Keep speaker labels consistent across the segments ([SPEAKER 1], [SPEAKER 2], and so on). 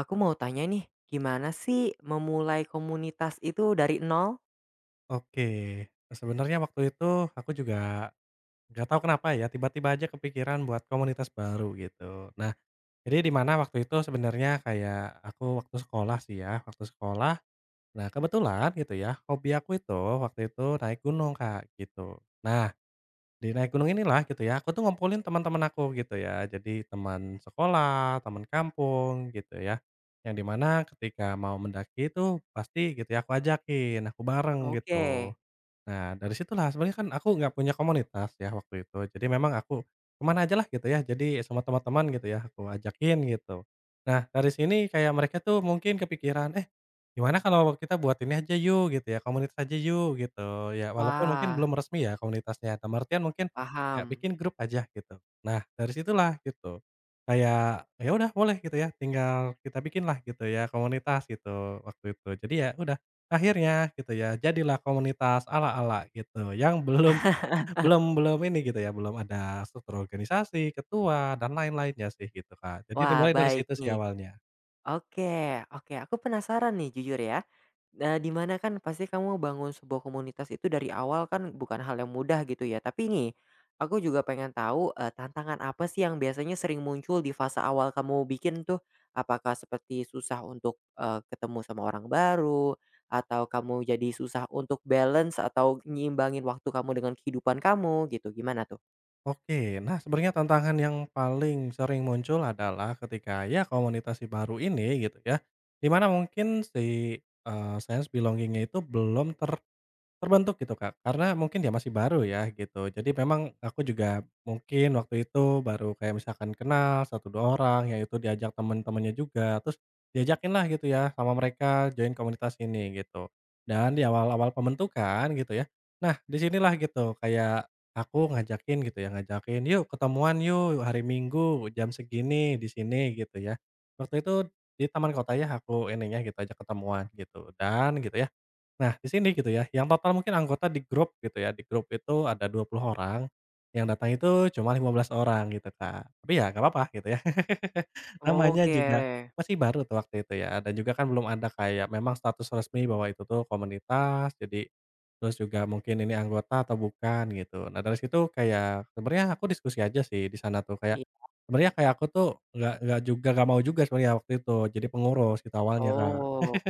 [SPEAKER 1] Aku mau tanya nih, gimana sih memulai komunitas itu dari nol?
[SPEAKER 2] Oke. Sebenarnya waktu itu aku juga nggak tahu kenapa ya, tiba-tiba aja kepikiran buat komunitas baru gitu. Nah, jadi di mana waktu itu sebenarnya kayak aku waktu sekolah sih ya, waktu sekolah. Nah, kebetulan gitu ya, hobi aku itu waktu itu naik gunung, Kak, gitu. Nah, di naik gunung inilah gitu ya, aku tuh ngumpulin teman-teman aku gitu ya. Jadi teman sekolah, teman kampung gitu ya. Yang di mana ketika mau mendaki itu pasti gitu ya aku ajakin, aku bareng
[SPEAKER 1] Oke.
[SPEAKER 2] gitu. Nah, dari situlah sebenarnya kan aku nggak punya komunitas ya waktu itu. Jadi memang aku kemana aja lah gitu ya, jadi sama teman-teman gitu ya, aku ajakin gitu. Nah, dari sini kayak mereka tuh mungkin kepikiran, "Eh, gimana kalau kita buat ini aja yuk," gitu ya, "komunitas aja yuk," gitu. Ya walaupun mungkin
[SPEAKER 1] Wah,
[SPEAKER 2] belum resmi ya komunitasnya, dalam artian mungkin ya
[SPEAKER 1] paham.
[SPEAKER 2] bikin grup aja gitu. Nah, dari situlah gitu. Kayak, ya udah boleh gitu ya, tinggal kita bikin lah gitu ya komunitas gitu waktu itu. Jadi ya udah akhirnya gitu ya, jadilah komunitas ala-ala gitu, yang belum belum belum ini gitu ya, belum ada struktur organisasi, ketua, dan lain-lainnya sih gitu, Kak. Jadi
[SPEAKER 1] Wah,
[SPEAKER 2] dimulai dari
[SPEAKER 1] baik
[SPEAKER 2] situ sih
[SPEAKER 1] nih.
[SPEAKER 2] awalnya.
[SPEAKER 1] Oke, oke. Aku penasaran nih jujur ya. Nah, di mana kan pasti kamu bangun sebuah komunitas itu dari awal kan bukan hal yang mudah gitu ya. Tapi nih, aku juga pengen tahu tantangan apa sih yang biasanya sering muncul di fase awal kamu bikin tuh? Apakah seperti susah untuk ketemu sama orang baru atau kamu jadi susah untuk balance atau nyimbangin waktu kamu dengan kehidupan kamu gitu. Gimana tuh?
[SPEAKER 2] Oke, nah sebenarnya tantangan yang paling sering muncul adalah ketika ya komunitas si baru ini gitu ya, di mana mungkin si, sense belongingnya itu belum terbentuk gitu, Kak, karena mungkin dia masih baru ya gitu. Jadi memang aku juga mungkin waktu itu baru kayak misalkan kenal satu 2 orang, ya itu diajak temen-temennya juga, terus diajakin lah gitu ya sama mereka join komunitas ini gitu. Dan di awal-awal pembentukan gitu ya, nah disinilah gitu kayak aku ngajakin gitu ya, ngajakin, "Yuk ketemuan yuk hari Minggu jam segini di sini," gitu ya. Waktu itu di taman kota ya aku ininya gitu, ajak ketemuan gitu dan gitu ya. Nah, di sini gitu ya, yang total mungkin anggota di grup gitu ya, di grup itu ada 20 orang, yang datang itu cuma 15 orang gitu, Kak. Tapi ya nggak apa-apa gitu ya. Namanya
[SPEAKER 1] Oke.
[SPEAKER 2] juga masih baru tuh waktu itu ya, dan juga kan belum ada kayak memang status resmi bahwa itu tuh komunitas, jadi terus juga mungkin ini anggota atau bukan gitu. Nah, dari situ kayak sebenarnya aku diskusi aja sih di sana tuh, kayak
[SPEAKER 1] Iya.
[SPEAKER 2] sebenarnya kayak aku tuh nggak juga nggak mau juga sebenarnya waktu itu jadi pengurus gitu awalnya, Kak.
[SPEAKER 1] Oh,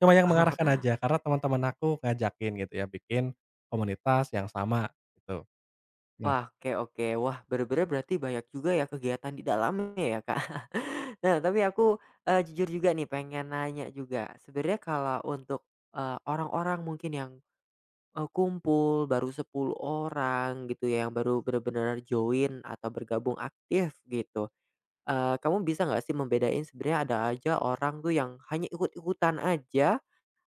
[SPEAKER 2] Cuma yang mengarahkan aja, karena teman-teman aku ngajakin gitu ya, bikin komunitas yang sama gitu. Iya.
[SPEAKER 1] wah, oke oke. Wah, bener-bener berarti banyak juga ya kegiatan di dalamnya ya, Kak. Nah, tapi aku, jujur juga nih pengen nanya juga. Sebenarnya kalau untuk, orang-orang mungkin yang, kumpul baru 10 orang gitu ya, yang baru benar-benar join atau bergabung aktif gitu, kamu bisa nggak sih membedain sebenarnya ada aja orang tuh yang hanya ikut-ikutan aja,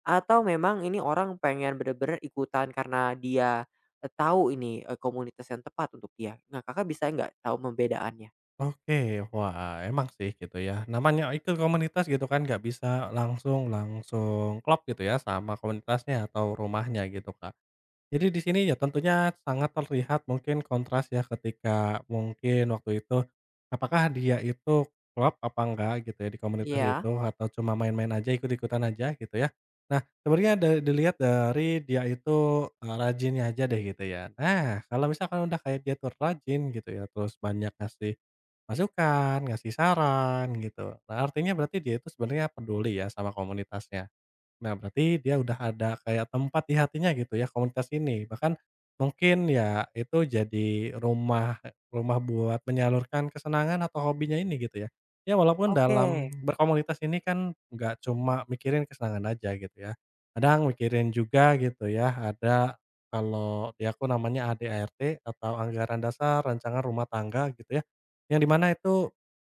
[SPEAKER 1] atau memang ini orang pengen benar-benar ikutan karena dia, tahu ini, komunitas yang tepat untuk dia. Nah, Kakak bisa nggak tahu membedaannya?
[SPEAKER 2] Oke, wah emang sih gitu ya, namanya ikut komunitas gitu kan nggak bisa langsung langsung klop gitu ya sama komunitasnya atau rumahnya gitu, Kak. Jadi di sini ya tentunya sangat terlihat mungkin kontras ya ketika mungkin waktu itu, apakah dia itu klub apa enggak gitu ya di komunitas
[SPEAKER 1] Iya.
[SPEAKER 2] itu atau cuma main-main aja, ikut-ikutan aja gitu ya. Nah sebenarnya dilihat dari dia itu, rajinnya aja deh gitu ya. Nah kalau misalkan udah kayak dia tuh rajin gitu ya terus banyak ngasih masukan, ngasih saran gitu, nah artinya berarti dia itu sebenarnya peduli ya sama komunitasnya. Nah, berarti dia udah ada kayak tempat di hatinya gitu ya, komunitas ini. Bahkan mungkin ya itu jadi rumah rumah buat menyalurkan kesenangan atau hobinya ini gitu ya. Ya walaupun dalam
[SPEAKER 1] Oke.
[SPEAKER 2] berkomunitas ini kan nggak cuma mikirin kesenangan aja gitu ya. Kadang mikirin juga gitu ya, ada kalau di aku namanya ADART atau anggaran dasar rancangan rumah tangga gitu ya. Yang dimana itu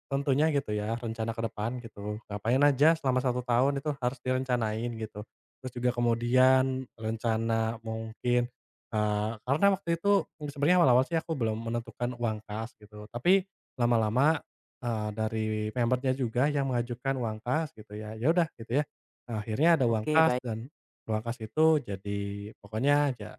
[SPEAKER 2] tentunya gitu ya, rencana ke depan gitu, ngapain aja selama 1 tahun itu harus direncanain gitu. Terus juga kemudian rencana mungkin, karena waktu itu sebenarnya awal-awal sih aku belum menentukan uang kas gitu, tapi lama-lama, dari membernya juga yang mengajukan uang kas gitu ya, ya udah gitu ya. Nah, akhirnya ada uang
[SPEAKER 1] Oke,
[SPEAKER 2] kas
[SPEAKER 1] baik.
[SPEAKER 2] dan uang kas itu jadi pokoknya ya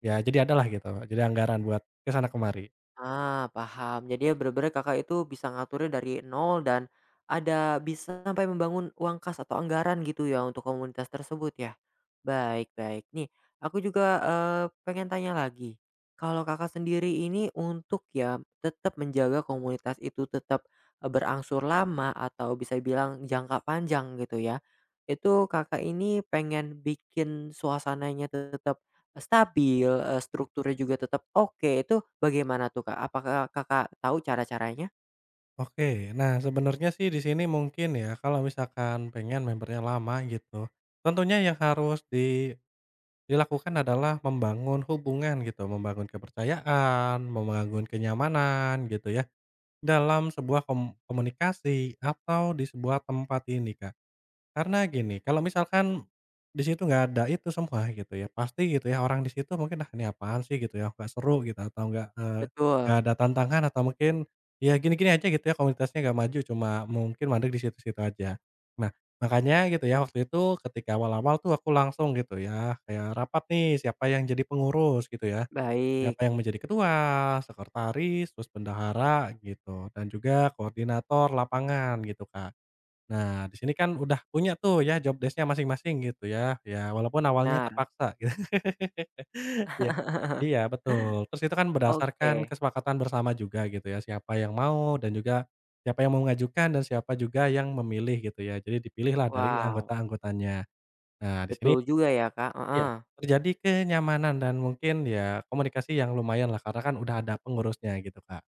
[SPEAKER 2] ya jadi adalah gitu, jadi anggaran buat ke sana kemari.
[SPEAKER 1] Ah, paham. Jadi ya bener-bener Kakak itu bisa ngaturnya dari nol dan ada bisa sampai membangun uang kas atau anggaran gitu ya untuk komunitas tersebut ya? Baik baik. Nih, aku juga, pengen tanya lagi. Kalau Kakak sendiri ini untuk ya tetap menjaga komunitas itu tetap, berangsur lama atau bisa bilang jangka panjang gitu ya, itu Kakak ini pengen bikin suasananya tetap stabil, strukturnya juga tetap oke, itu bagaimana tuh, Kak? Apakah Kakak tahu cara-caranya?
[SPEAKER 2] Oke. Nah, sebenarnya sih di sini mungkin ya, kalau misalkan pengen membernya lama gitu, tentunya yang harus dilakukan adalah membangun hubungan gitu, membangun kepercayaan, membangun kenyamanan gitu ya, dalam sebuah komunikasi atau di sebuah tempat ini, Kak. Karena gini, kalau misalkan di situ nggak ada itu semua gitu ya, pasti gitu ya orang di situ mungkin, "Ah, ini apaan sih?" Gitu ya, nggak seru gitu atau nggak, nggak
[SPEAKER 1] Betul,
[SPEAKER 2] ada tantangan atau mungkin ya gini-gini aja gitu ya komunitasnya nggak maju, cuma mungkin mandek di situ-situ aja. Nah, makanya gitu ya waktu itu ketika awal-awal tuh aku langsung gitu ya, kayak rapat nih siapa yang jadi pengurus gitu ya,
[SPEAKER 1] baik,
[SPEAKER 2] siapa yang menjadi ketua, sekretaris, terus bendahara gitu dan juga koordinator lapangan gitu, Kak. Nah, di sini kan udah punya tuh ya job desk-nya masing-masing gitu ya, ya walaupun awalnya
[SPEAKER 1] benar,
[SPEAKER 2] terpaksa gitu. Iya. Iya, betul. Terus itu kan berdasarkan
[SPEAKER 1] oke.
[SPEAKER 2] kesepakatan bersama juga gitu ya, siapa yang mau dan juga siapa yang mau mengajukan dan siapa juga yang memilih gitu ya. Jadi dipilihlah dari
[SPEAKER 1] Wow,
[SPEAKER 2] anggota-anggotanya. Nah, di sini
[SPEAKER 1] betul juga ya, Kak,
[SPEAKER 2] ya
[SPEAKER 1] heeh.
[SPEAKER 2] terjadi kenyamanan dan mungkin ya komunikasi yang lumayan lah karena kan udah ada pengurusnya gitu, Kak.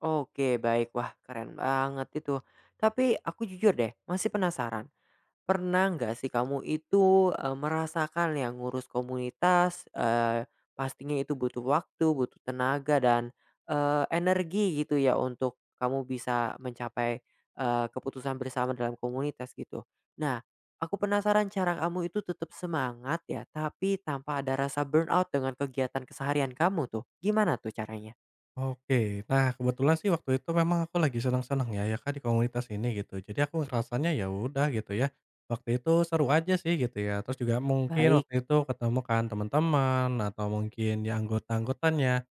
[SPEAKER 1] Oke, baik. Wah, keren banget itu. Tapi aku jujur deh, masih penasaran. Pernah nggak sih kamu itu, merasakan yang ngurus komunitas, pastinya itu butuh waktu, butuh tenaga dan, energi gitu ya untuk kamu bisa mencapai, keputusan bersama dalam komunitas gitu. Nah, aku penasaran cara kamu itu tetap semangat ya, tapi tanpa ada rasa burnout dengan kegiatan keseharian kamu tuh, gimana tuh caranya?
[SPEAKER 2] Oke. Nah, kebetulan sih waktu itu memang aku lagi senang senengnya ya kan di komunitas ini gitu. Jadi aku ngerasanya ya udah gitu ya, waktu itu seru aja sih gitu ya. Terus juga mungkin
[SPEAKER 1] Baik,
[SPEAKER 2] waktu itu ketemu kan teman-teman atau mungkin ya anggota-anggotanya.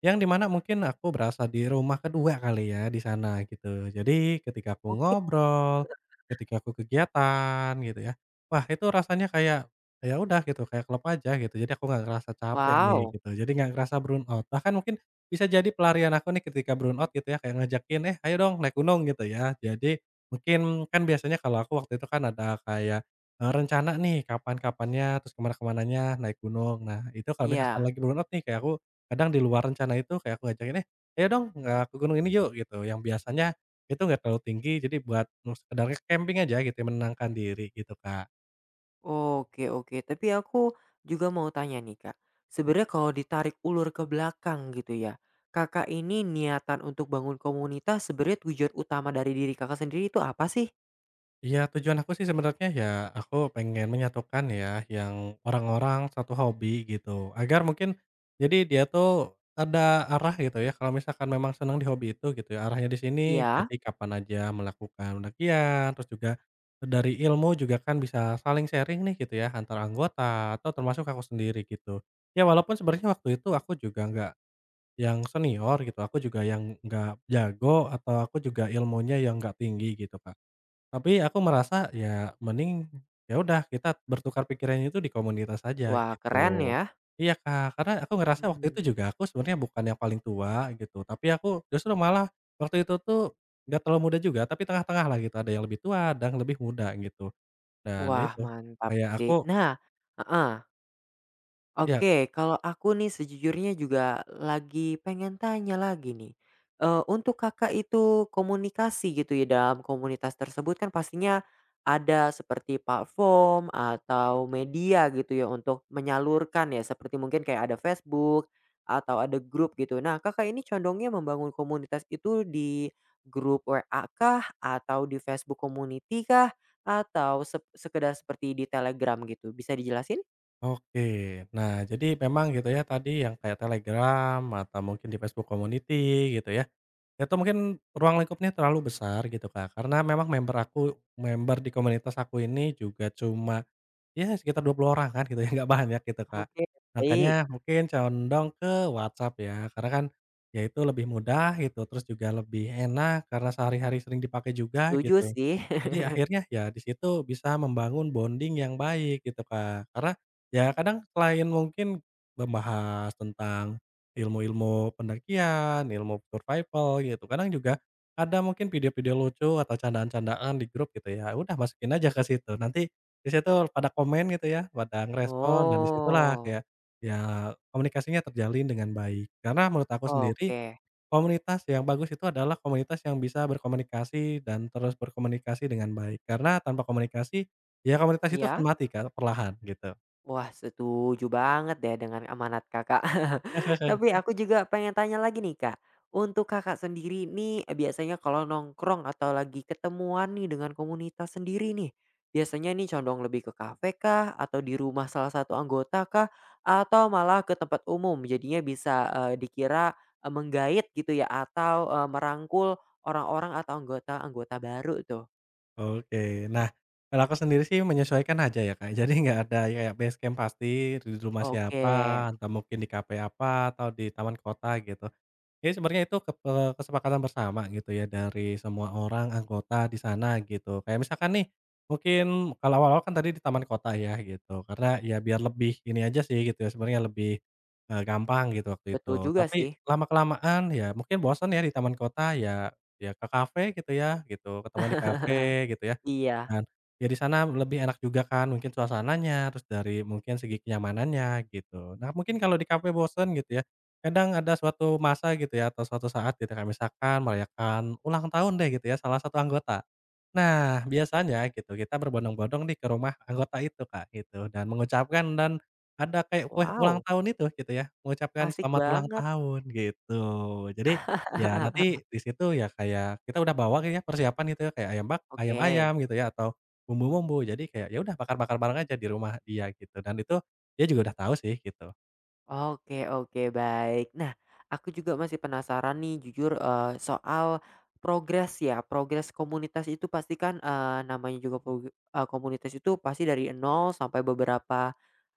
[SPEAKER 2] Yang di mana mungkin aku berasa di rumah kedua kali ya di sana gitu. Jadi ketika aku
[SPEAKER 1] oke,
[SPEAKER 2] ngobrol, ketika aku kegiatan gitu ya, wah itu rasanya kayak, ya udah gitu kayak klub aja gitu. Jadi aku nggak ngerasa capek nih
[SPEAKER 1] wow,
[SPEAKER 2] gitu. Jadi nggak ngerasa burn out. Bahkan mungkin bisa jadi pelarian aku nih ketika burn out gitu ya kayak ngajakin, eh ayo dong naik gunung gitu ya. Jadi mungkin kan biasanya kalau aku waktu itu kan ada kayak eh, rencana nih kapan-kapannya terus kemana-kemananya naik gunung. Nah itu kalau misalkan
[SPEAKER 1] iya.
[SPEAKER 2] lagi burn out nih kayak aku kadang di luar rencana itu kayak aku ngajakin, "Eh, ayo dong, ke gunung ini yuk," gitu, yang biasanya itu nggak terlalu tinggi, jadi buat mu sekedarnya camping aja gitu, menenangkan diri gitu, Kak.
[SPEAKER 1] Oke oke, tapi aku juga mau tanya nih Kak, sebenarnya kalau ditarik ulur ke belakang gitu ya, Kakak ini niatan untuk bangun komunitas sebenarnya tujuan utama dari diri Kakak sendiri itu apa sih?
[SPEAKER 2] Iya, tujuan aku sih sebenarnya ya aku pengen menyatukan ya yang orang-orang satu hobi gitu. Agar mungkin jadi dia tuh ada arah gitu ya kalau misalkan memang senang di hobi itu gitu ya, arahnya di sini
[SPEAKER 1] Iya.
[SPEAKER 2] jadi kapan aja melakukan pendakian, terus juga dari ilmu juga kan bisa saling sharing nih gitu ya antara anggota atau termasuk aku sendiri gitu. Ya walaupun sebenarnya waktu itu aku juga nggak yang senior gitu, aku juga yang nggak jago atau aku juga ilmunya yang nggak tinggi gitu Kak. Tapi aku merasa, ya mending, ya udah kita bertukar pikiran itu di komunitas aja
[SPEAKER 1] Wah keren
[SPEAKER 2] gitu.
[SPEAKER 1] ya.
[SPEAKER 2] Iya, Kak, karena aku ngerasa waktu
[SPEAKER 1] Mhm.
[SPEAKER 2] itu juga aku sebenarnya bukan yang paling tua gitu, tapi aku justru malah waktu itu tuh nggak terlalu muda juga, tapi tengah-tengah lah gitu, ada yang lebih tua, ada yang lebih muda gitu. Dan ya
[SPEAKER 1] Wah
[SPEAKER 2] itu,
[SPEAKER 1] mantap
[SPEAKER 2] kayak
[SPEAKER 1] sih.
[SPEAKER 2] aku
[SPEAKER 1] Nah heeh,
[SPEAKER 2] ya
[SPEAKER 1] oke, kalau aku nih sejujurnya juga lagi pengen tanya lagi nih. Untuk Kakak itu komunikasi gitu ya dalam komunitas tersebut kan pastinya ada seperti platform atau media gitu ya untuk menyalurkan ya seperti mungkin kayak ada Facebook atau ada grup gitu. Nah, Kakak ini condongnya membangun komunitas itu di grup WA kah? Atau di Facebook Community kah? Atau sep sekedar seperti di Telegram gitu, bisa dijelasin?
[SPEAKER 2] oke. Nah, jadi memang gitu ya tadi yang kayak Telegram atau mungkin di Facebook Community gitu ya. Itu mungkin ruang lingkupnya terlalu besar gitu, Kak, karena memang member aku member di komunitas aku ini juga cuma ya sekitar 20 orang kan gitu ya, nggak banyak gitu, Kak.
[SPEAKER 1] Oke, baik.
[SPEAKER 2] Makanya mungkin condong ke WhatsApp ya, karena kan ya itu lebih mudah gitu, terus juga lebih enak karena sehari-hari sering dipakai juga
[SPEAKER 1] Setuju
[SPEAKER 2] gitu.
[SPEAKER 1] sih.
[SPEAKER 2] Jadi akhirnya ya di situ bisa membangun bonding yang baik gitu, Kak. Karena ya kadang selain mungkin membahas tentang ilmu-ilmu pendakian, ilmu survival gitu, kadang juga ada mungkin video-video lucu atau candaan-candaan di grup gitu ya, udah masukin aja ke situ. Nanti di situ pada komen gitu ya, pada ngerespon dan di situlah
[SPEAKER 1] Oh,
[SPEAKER 2] kayak ya komunikasinya terjalin dengan baik. Karena menurut aku sendiri
[SPEAKER 1] oke.
[SPEAKER 2] komunitas yang bagus itu adalah komunitas yang bisa berkomunikasi dan terus berkomunikasi dengan baik, karena tanpa komunikasi, ya komunitas itu akan
[SPEAKER 1] Iya?
[SPEAKER 2] mati Kak, perlahan gitu.
[SPEAKER 1] Wah, setuju banget deh dengan amanat Kakak. Tapi aku juga pengen tanya lagi nih, Kak. Untuk Kakak sendiri nih, biasanya kalau nongkrong atau lagi ketemuan nih dengan komunitas sendiri nih, biasanya nih condong lebih ke kafe kah, atau di rumah salah satu anggota kah, atau malah ke tempat umum? Jadinya bisa, dikira, menggait gitu ya, atau, merangkul orang-orang atau anggota-anggota baru tuh?
[SPEAKER 2] Oke, nah kalau aku sendiri sih menyesuaikan aja ya Kak, jadi nggak ada ya kayak base camp pasti, di rumah
[SPEAKER 1] Oke,
[SPEAKER 2] siapa, atau mungkin di kafe apa, atau di taman kota gitu. Ya sebenarnya itu kesepakatan bersama gitu ya dari semua orang anggota di sana gitu. Kayak misalkan nih, mungkin kalau awal-awal kan tadi di taman kota ya gitu, karena ya biar lebih ini aja sih gitu ya sebenarnya lebih, gampang gitu waktu itu.
[SPEAKER 1] betul juga
[SPEAKER 2] Tapi
[SPEAKER 1] sih.
[SPEAKER 2] lama-kelamaan ya mungkin bosan ya di taman kota ya ya ke kafe gitu ya gitu, ketemu di kafe gitu ya.
[SPEAKER 1] Iya,
[SPEAKER 2] Dan, ya di sana lebih enak juga kan mungkin suasananya, terus dari mungkin segi kenyamanannya gitu. Nah mungkin kalau di kafe bosen gitu ya, kadang ada suatu masa gitu ya atau suatu saat gitu kayak misalkan merayakan ulang tahun deh gitu ya salah satu anggota. Nah biasanya gitu kita berbondong-bondong nih ke rumah anggota itu Kak gitu dan mengucapkan dan ada kayak kue ulang
[SPEAKER 1] wow,
[SPEAKER 2] tahun itu gitu ya, mengucapkan
[SPEAKER 1] asik
[SPEAKER 2] selamat ulang
[SPEAKER 1] banget.
[SPEAKER 2] tahun gitu. Jadi ya nanti di situ ya kayak kita udah bawa kali ya persiapan gitu ya, kayak ayam-ayam
[SPEAKER 1] Oke.
[SPEAKER 2] gitu ya atau bumbu-bumbu, jadi kayak ya udah bakar-bakar bareng aja di rumah dia gitu, dan itu dia juga udah tahu sih gitu.
[SPEAKER 1] Oke oke, baik. Nah, aku juga masih penasaran nih jujur, soal progres ya, progres komunitas itu pasti kan, namanya juga prog komunitas itu pasti dari nol sampai beberapa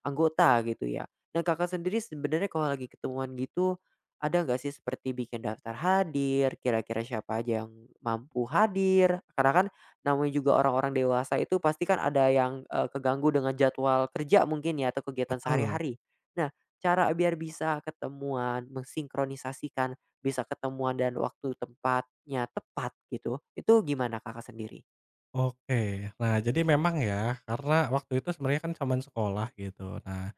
[SPEAKER 1] anggota gitu ya. Nah, Kakak sendiri sebenarnya kalau lagi ketemuan gitu, ada nggak sih seperti bikin daftar hadir, kira-kira siapa aja yang mampu hadir? Karena kan namanya juga orang-orang dewasa itu pasti kan ada yang, keganggu dengan jadwal kerja mungkin ya atau kegiatan
[SPEAKER 2] Betul,
[SPEAKER 1] sehari-hari. Nah cara biar bisa ketemuan, mensinkronisasikan, bisa ketemuan dan waktu tempatnya tepat gitu, itu gimana Kakak sendiri?
[SPEAKER 2] oke. Nah jadi memang ya, karena waktu itu sebenarnya kan cuman sekolah gitu, nah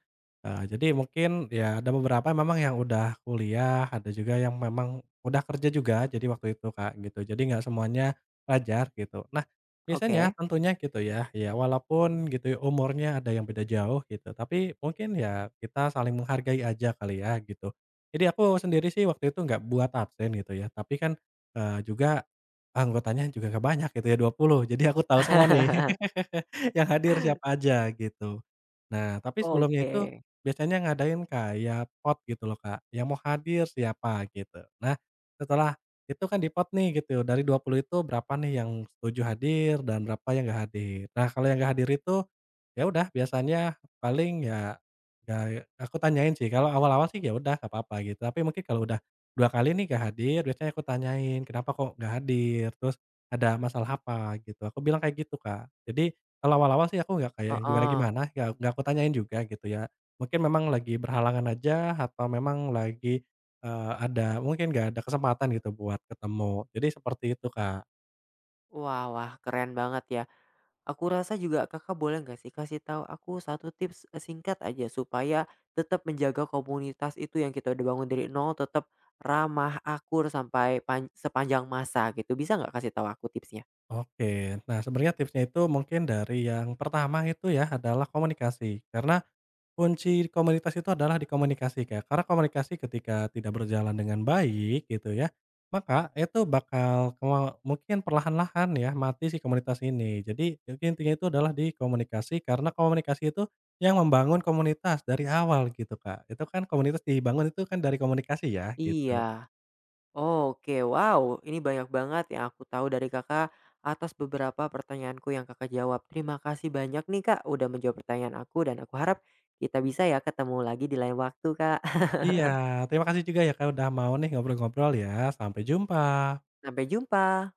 [SPEAKER 2] Jadi mungkin ya ada beberapa memang yang udah kuliah, ada juga yang memang udah kerja juga, jadi waktu itu, Kak, gitu. Jadi nggak semuanya pelajar gitu. Nah, biasanya
[SPEAKER 1] Oke.
[SPEAKER 2] tentunya gitu ya, ya walaupun gitu ya umurnya ada yang beda jauh gitu, tapi mungkin ya kita saling menghargai aja kali ya gitu. Jadi aku sendiri sih waktu itu nggak buat absen gitu ya, tapi kan, juga anggotanya juga nggak banyak gitu ya 20. Jadi aku tahu semua nih yang hadir siapa aja gitu. Nah, tapi sebelumnya itu
[SPEAKER 1] Oke,
[SPEAKER 2] biasanya ngadain kayak POT gitu loh, Kak, yang mau hadir siapa gitu. Nah, setelah itu kan di POT nih gitu, dari 20 itu berapa nih yang setuju hadir dan berapa yang nggak hadir. Nah, kalau yang nggak hadir itu, ya udah biasanya paling ya ya aku tanyain sih, kalau awal-awal sih ya udah gak apa-apa gitu, tapi mungkin kalau udah 2 kali nih nggak hadir, biasanya aku tanyain, "Kenapa kok nggak hadir? Terus ada masalah apa?" Gitu, aku bilang kayak gitu, Kak. Jadi, kalau awal-awal sih aku nggak kayak yang
[SPEAKER 1] heeh.
[SPEAKER 2] gimana-gimana, nggak aku tanyain juga gitu ya. Mungkin memang lagi berhalangan aja atau memang lagi, ada mungkin nggak ada kesempatan gitu buat ketemu. Jadi seperti itu, Kak.
[SPEAKER 1] Wah wah keren banget ya. Aku rasa juga Kakak boleh nggak sih kasih tahu aku satu tips, singkat aja supaya tetap menjaga komunitas itu yang kita udah bangun dari nol tetap ramah, akur, sampai pan sepanjang masa gitu, bisa nggak kasih tahu aku tipsnya?
[SPEAKER 2] Oke. Nah, sebenarnya tipsnya itu mungkin dari yang pertama itu ya adalah komunikasi. Karena kunci komunitas itu adalah di komunikasi, Kak. Karena komunikasi ketika tidak berjalan dengan baik gitu ya, maka itu bakal mungkin perlahan-lahan ya mati si komunitas ini. Jadi intinya itu adalah di komunikasi karena komunikasi itu yang membangun komunitas dari awal gitu, Kak. Itu kan komunitas dibangun itu kan dari komunikasi ya
[SPEAKER 1] Iya.
[SPEAKER 2] gitu.
[SPEAKER 1] Oke, wow, ini banyak banget yang aku tahu dari Kakak atas beberapa pertanyaanku yang Kakak jawab. Terima kasih banyak nih Kak udah menjawab pertanyaan aku dan aku harap kita bisa ya ketemu lagi di lain waktu Kak.
[SPEAKER 2] Iya, terima kasih juga ya, Kak, udah mau nih ngobrol-ngobrol ya. Sampai jumpa.
[SPEAKER 1] Sampai jumpa.